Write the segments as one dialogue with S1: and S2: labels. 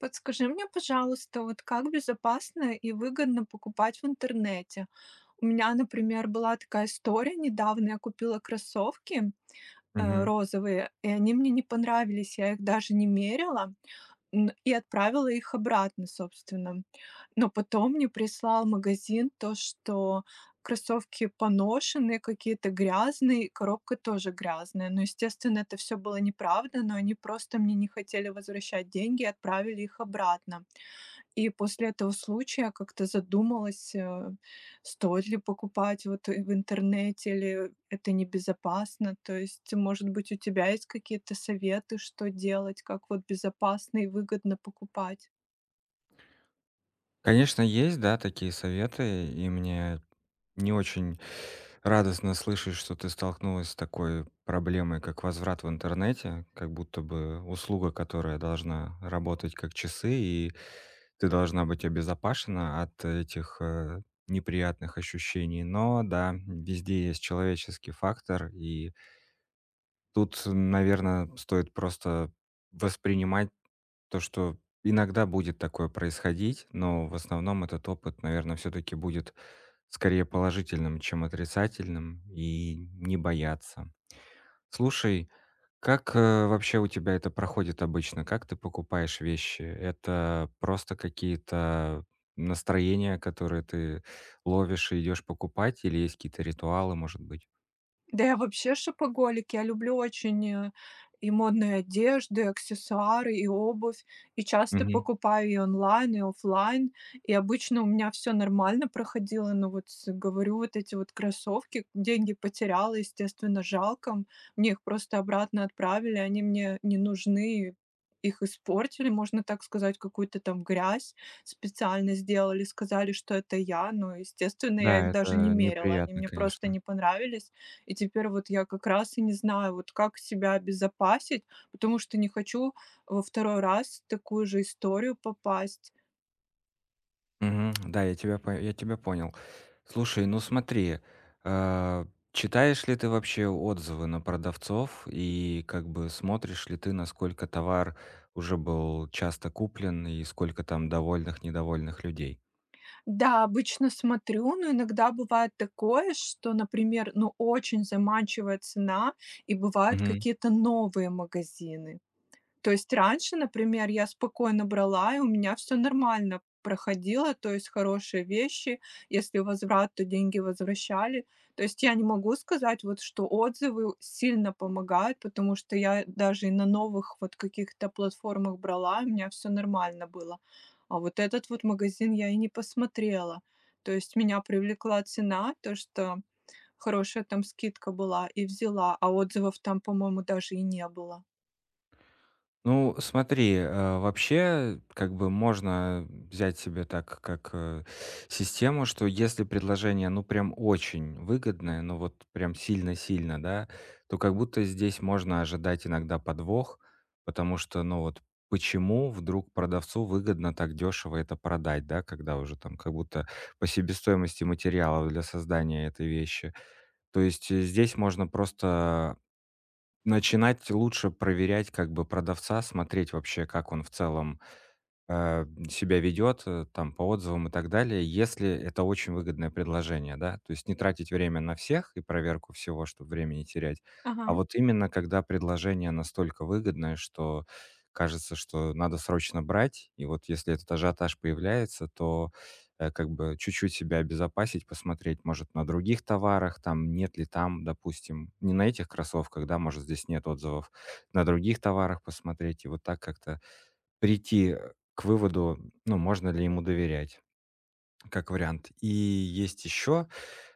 S1: Подскажи мне, пожалуйста, вот как безопасно и выгодно покупать в интернете? У меня, например, была такая история недавно. Я купила кроссовки
S2: Мгм.
S1: розовые, и они мне не понравились, я их даже не мерила. Н и отправила их обратно, собственно. Но потом мне прислал магазин то, что кроссовки поношенные, какие-то грязные, и коробка тоже грязная. Но, естественно, это все было неправда, но они просто мне не хотели возвращать деньги и отправили их обратно. И после этого случая я как-то задумалась, стоит ли покупать вот и в интернете или это небезопасно. То есть, может быть, у тебя есть какие-то советы, что делать, как вот безопасно и выгодно покупать?
S2: Конечно, есть, да, такие советы, и мне не очень радостно слышать, что ты столкнулась с такой проблемой, как возврат в интернете, как будто бы услуга, которая должна работать как часы, и ты должна быть обезопасена от этих неприятных ощущений. Но да, везде есть человеческий фактор, и тут, наверное, стоит просто воспринимать то, что иногда будет такое происходить, но в основном этот опыт, наверное, все таки будет скорее положительным, чем отрицательным, и не бояться. Слушай, как, вообще у тебя это проходит обычно? Как ты покупаешь вещи? Это просто какие-то настроения, которые ты ловишь и идешь покупать, или есть какие-то ритуалы, может быть?
S1: Да я вообще шопоголик. Я люблю очень, и модные одежды, и аксессуары, и обувь. И часто
S2: Мгм.
S1: покупаю и онлайн, и оффлайн. И обычно у меня все нормально проходило, но вот с говорю, вот эти вот кроссовки, деньги потеряла, естественно, жалко. Мне их просто обратно отправили, они мне не нужны, их испортили, можно так сказать, какую-то там грязь специально сделали, сказали, что это я, но, естественно, я
S2: Да,
S1: их даже не
S2: это
S1: мерила, они
S2: неприятно,
S1: мне просто
S2: конечно.
S1: не понравились. И теперь вот я как раз и не знаю, вот как себя обезопасить, потому что не хочу во второй раз в такую же историю попасть.
S2: Мгм. Да, я тебя понял. Слушай, ну смотри, э, читаешь ли ты вообще отзывы на продавцов и как бы смотришь ли ты, насколько товар уже был часто куплен и сколько там довольных, недовольных людей?
S1: Да, обычно смотрю, но иногда бывает такое, что, например, ну, очень заманчивая цена, и бывают какие-то новые магазины. То есть раньше, например, я спокойно брала, и у меня все нормально проходило, то есть хорошие вещи. Если возврат, то деньги возвращали. То есть я не могу сказать, вот, что отзывы сильно помогают, потому что я даже и на новых вот каких-то платформах брала, и у меня все нормально было. А вот этот вот магазин я и не посмотрела. То есть меня привлекла цена, то, что хорошая там скидка была, и взяла, а отзывов там, по-моему, даже и не было.
S2: Ну, смотри, вообще, как бы можно взять себе так, как систему, что если предложение, ну, прям очень выгодное, ну, вот прям сильно-сильно, да, то как будто здесь можно ожидать иногда подвох, потому что, ну, вот почему вдруг продавцу выгодно так дешево это продать, да, когда уже там как будто по себестоимости материалов для создания этой вещи. То есть здесь можно просто начинать лучше проверять как бы продавца, смотреть вообще, как он в целом, себя ведет, там, по отзывам и так далее, если это очень выгодное предложение, да, то есть не тратить время на всех и проверку всего, чтобы время не терять,
S1: Ага,
S2: а вот именно когда предложение настолько выгодное, что кажется, что надо срочно брать, и вот если этот ажиотаж появляется, то как бы чуть-чуть себя обезопасить, посмотреть, может, на других товарах, там, нет ли там, допустим, не на этих кроссовках, да, может, здесь нет отзывов, на других товарах посмотреть, и вот так как-то прийти, к выводу, ну, можно ли ему доверять, как вариант. И есть еще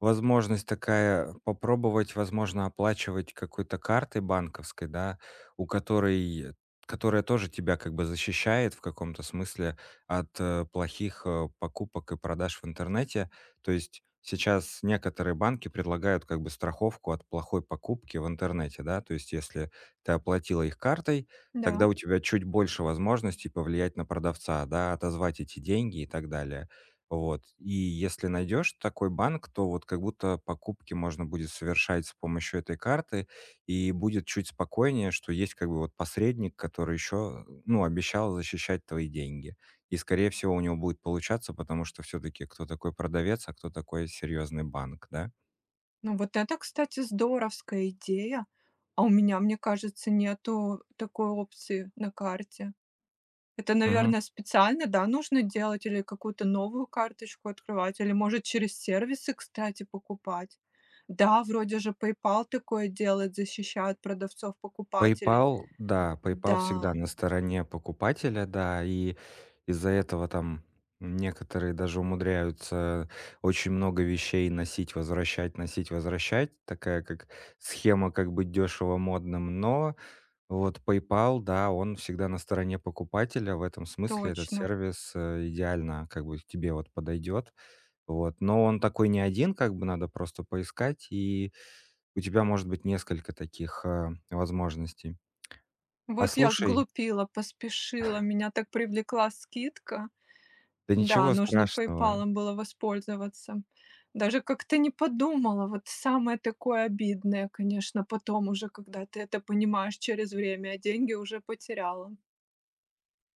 S2: возможность такая попробовать, возможно, оплачивать какой-то картой банковской, да, у которой которая тоже тебя как бы защищает в каком-то смысле от, плохих, покупок и продаж в интернете. То есть сейчас некоторые банки предлагают как бы страховку от плохой покупки в интернете, да. То есть если ты оплатила их картой,
S1: да.
S2: тогда у тебя чуть больше возможностей повлиять на продавца, да, отозвать эти деньги и так далее. Вот. И если найдешь такой банк, то вот как будто покупки можно будет совершать с помощью этой карты, и будет чуть спокойнее, что есть как бы вот посредник, который еще, ну, обещал защищать твои деньги. И, скорее всего, у него будет получаться, потому что все-таки кто такой продавец, а кто такой серьезный банк, да?
S1: Ну, вот это, кстати, здоровская идея. А у меня, мне кажется, нету такой опции на карте. Это,
S2: Мгм.
S1: наверное, специально, да, нужно делать или какую-то новую карточку открывать, или, может, через сервисы, кстати, покупать. Да, вроде же PayPal такое делает, защищает продавцов-покупателей.
S2: PayPal, да, PayPal всегда
S1: Да,
S2: на стороне покупателя, да, и из-за этого там некоторые даже умудряются очень много вещей носить, возвращать, носить, возвращать. Такая как схема как быть дешево модным, но вот PayPal, да, он всегда на стороне покупателя. В этом смысле этот
S1: точно.
S2: сервис, идеально как бы к тебе вот подойдет. Вот, но он такой не один, как бы надо просто поискать, и у тебя может быть несколько таких, возможностей. А
S1: Вот я
S2: слушай,
S1: сглупила, поспешила, меня так привлекла скидка.
S2: да
S1: Да,
S2: ничего
S1: нужно
S2: страшного.
S1: "Пейпалом" было воспользоваться. Даже как-то не подумала. Вот самое такое обидное, конечно, потом уже, когда ты это понимаешь через время, а деньги уже потеряла.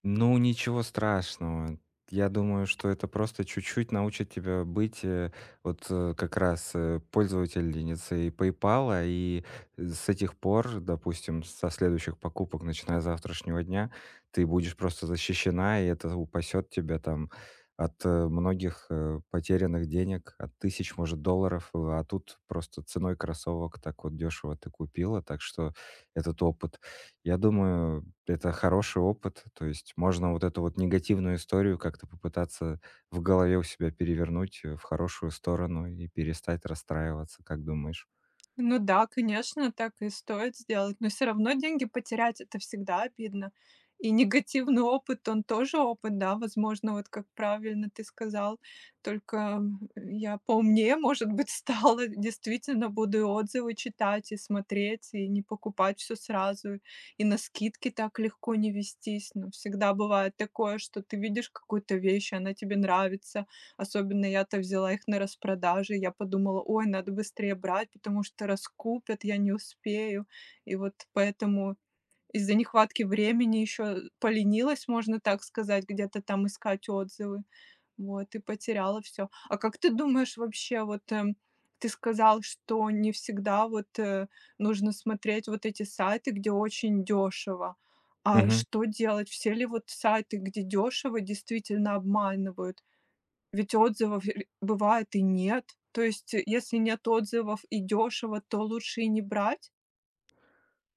S2: Ну, ничего страшного. Я думаю, что это просто чуть-чуть научит тебя быть вот как раз пользовательницей PayPal, и с этих пор, допустим, со следующих покупок, начиная с завтрашнего дня, ты будешь просто защищена, и это упасет тебя там от многих потерянных денег, от тысяч, может, долларов, а тут просто ценой кроссовок так вот дешево ты купила, так что этот опыт, я думаю, это хороший опыт, то есть можно вот эту вот негативную историю как-то попытаться в голове у себя перевернуть в хорошую сторону и перестать расстраиваться, как думаешь?
S1: Ну да, конечно, так и стоит сделать, но все равно деньги потерять- это всегда обидно. И негативный опыт, он тоже опыт, да, возможно, вот как правильно ты сказал, только я поумнее, может быть, стала, действительно буду и отзывы читать, и смотреть, и не покупать все сразу, и на скидки так легко не вестись. Но всегда бывает такое, что ты видишь какую-то вещь, она тебе нравится, особенно я-то взяла их на распродаже. Я подумала: "Ой, надо быстрее брать, потому что раскупят, я не успею". И вот поэтому из-за нехватки времени еще поленилась, можно так сказать, где-то там искать отзывы. Вот, и потеряла все. А как ты думаешь вообще, вот, ты сказал, что не всегда вот, нужно смотреть вот эти сайты, где очень дешево. А
S2: Мгм.
S1: что делать? Все ли вот сайты, где дешево, действительно обманывают? Ведь отзывов ре бывает и нет. То есть, если нет отзывов и дешево, то лучше и не брать?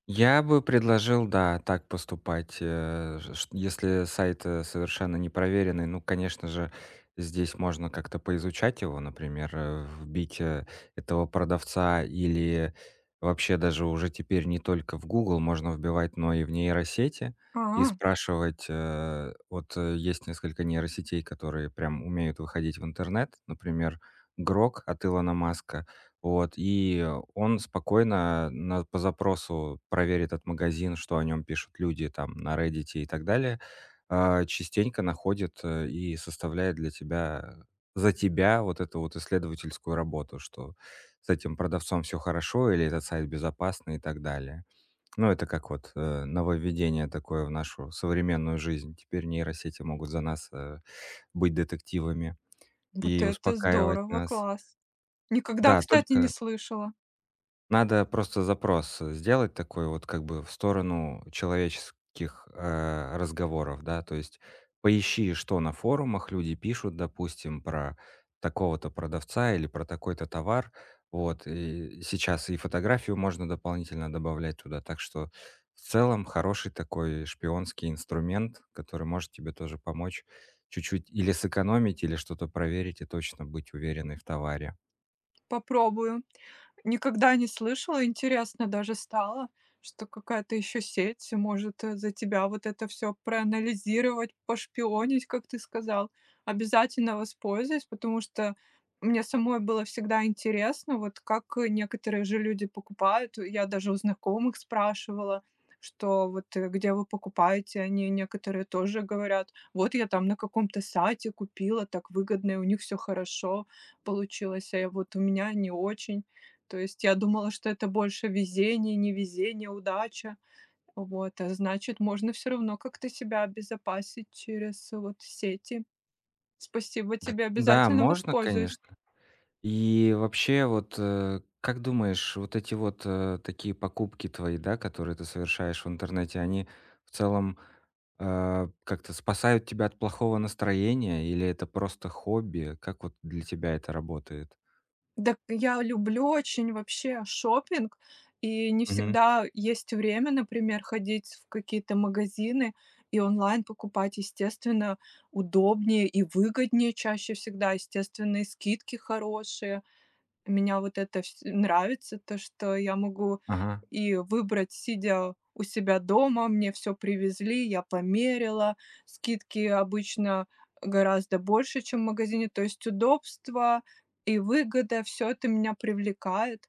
S2: Я бы предложил, да, так поступать. Если сайт совершенно не проверенный, ну, конечно же, здесь можно как-то поизучать его, например, вбить этого продавца или вообще даже уже теперь не только в Google можно вбивать, но и в нейросети и
S1: А,
S2: спрашивать. Вот есть несколько нейросетей, которые прям умеют выходить в интернет, например, Грок от Илона Маска, вот, и он спокойно на по запросу проверит этот магазин, что о нем пишут люди там на Reddit и так далее. А, частенько находит, и составляет для тебя за тебя вот эту вот исследовательскую работу, что с этим продавцом все хорошо или этот сайт безопасный и так далее. Ну, это как вот, нововведение такое в нашу современную жизнь. Теперь нейросети могут за нас, быть детективами
S1: вот
S2: и
S1: это
S2: успокаивать
S1: здорово,
S2: нас.
S1: класс. Никогда,
S2: Да,
S1: кстати, не
S2: только
S1: слышала.
S2: надо просто запрос, сделать такой вот как бы в сторону человеческих, разговоров, да. То есть поищи, что на форумах люди пишут, допустим, про такого-то продавца или про такой-то товар. Вот, и сейчас и фотографию можно дополнительно добавлять туда. Так что в целом хороший такой шпионский инструмент, который может тебе тоже помочь чуть-чуть или сэкономить, или что-то проверить и точно быть уверенной в товаре.
S1: Попробую. Никогда не слышала, интересно даже стало, что какая-то еще сеть может, за тебя вот это все проанализировать, пошпионить, как ты сказал. Обязательно воспользуюсь, потому что мне самой было всегда интересно, вот как некоторые же люди покупают. Я даже у знакомых спрашивала, что вот, где вы покупаете. Они некоторые тоже говорят: "Вот я там на каком-то сайте купила, так выгодно, и у них все хорошо получилось, а я вот у меня не очень". То есть я думала, что это больше везение, невезение, удача. Вот, а значит, можно все равно как-то себя обезопасить через вот сети. Спасибо
S2: Д
S1: тебе,
S2: да,
S1: обязательно
S2: можно,
S1: воспользуюсь.
S2: конечно. И вообще, вот, как думаешь, вот эти вот, такие покупки твои, да, которые ты совершаешь в интернете, они в целом, как-то спасают тебя от плохого настроения или это просто хобби? Как вот для тебя это работает?
S1: Да, я люблю очень вообще шопинг, и не
S2: Мгм.
S1: всегда есть время, например, ходить в какие-то магазины и онлайн покупать. Естественно, удобнее и выгоднее чаще всегда, естественно, и скидки хорошие. Меня вот это вс нравится, то, что я могу
S2: Ага.
S1: и выбрать, сидя у себя дома. Мне все привезли, я померила. Скидки обычно гораздо больше, чем в магазине. То есть удобство и выгода- все это меня привлекает.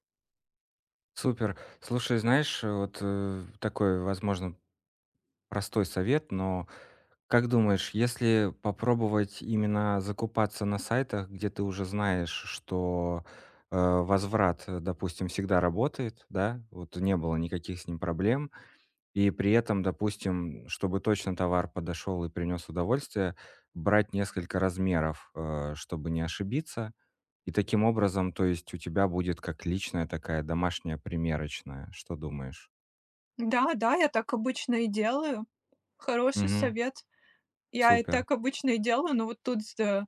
S2: Супер. Слушай, знаешь, вот, такой, возможно, простой совет, но как думаешь, если попробовать именно закупаться на сайтах, где ты уже знаешь, что, возврат, допустим, всегда работает, да, вот не было никаких с ним проблем, и при этом, допустим, чтобы точно товар подошел и принес удовольствие, брать несколько размеров, чтобы не ошибиться. И таким образом, то есть у тебя будет как личная такая домашняя примерочная. Что думаешь?
S1: Да, да, я так обычно и делаю. Хороший
S2: Мгм.
S1: совет. Я и
S2: Супер.
S1: так обычно и делаю, но вот тут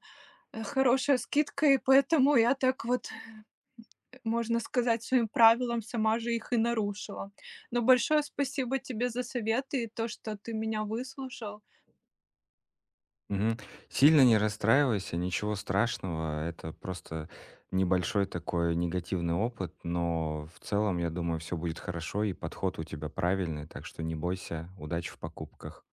S1: хорошая скидка, и поэтому я так вот можно сказать, своим правилам, сама же их и нарушила. Но большое спасибо тебе за советы и то, что ты меня выслушал.
S2: Мгм. Сильно не расстраивайся, ничего страшного. Это просто небольшой такой негативный опыт, но в целом, я думаю, все будет хорошо, и подход у тебя правильный, так что не бойся. Удачи в покупках.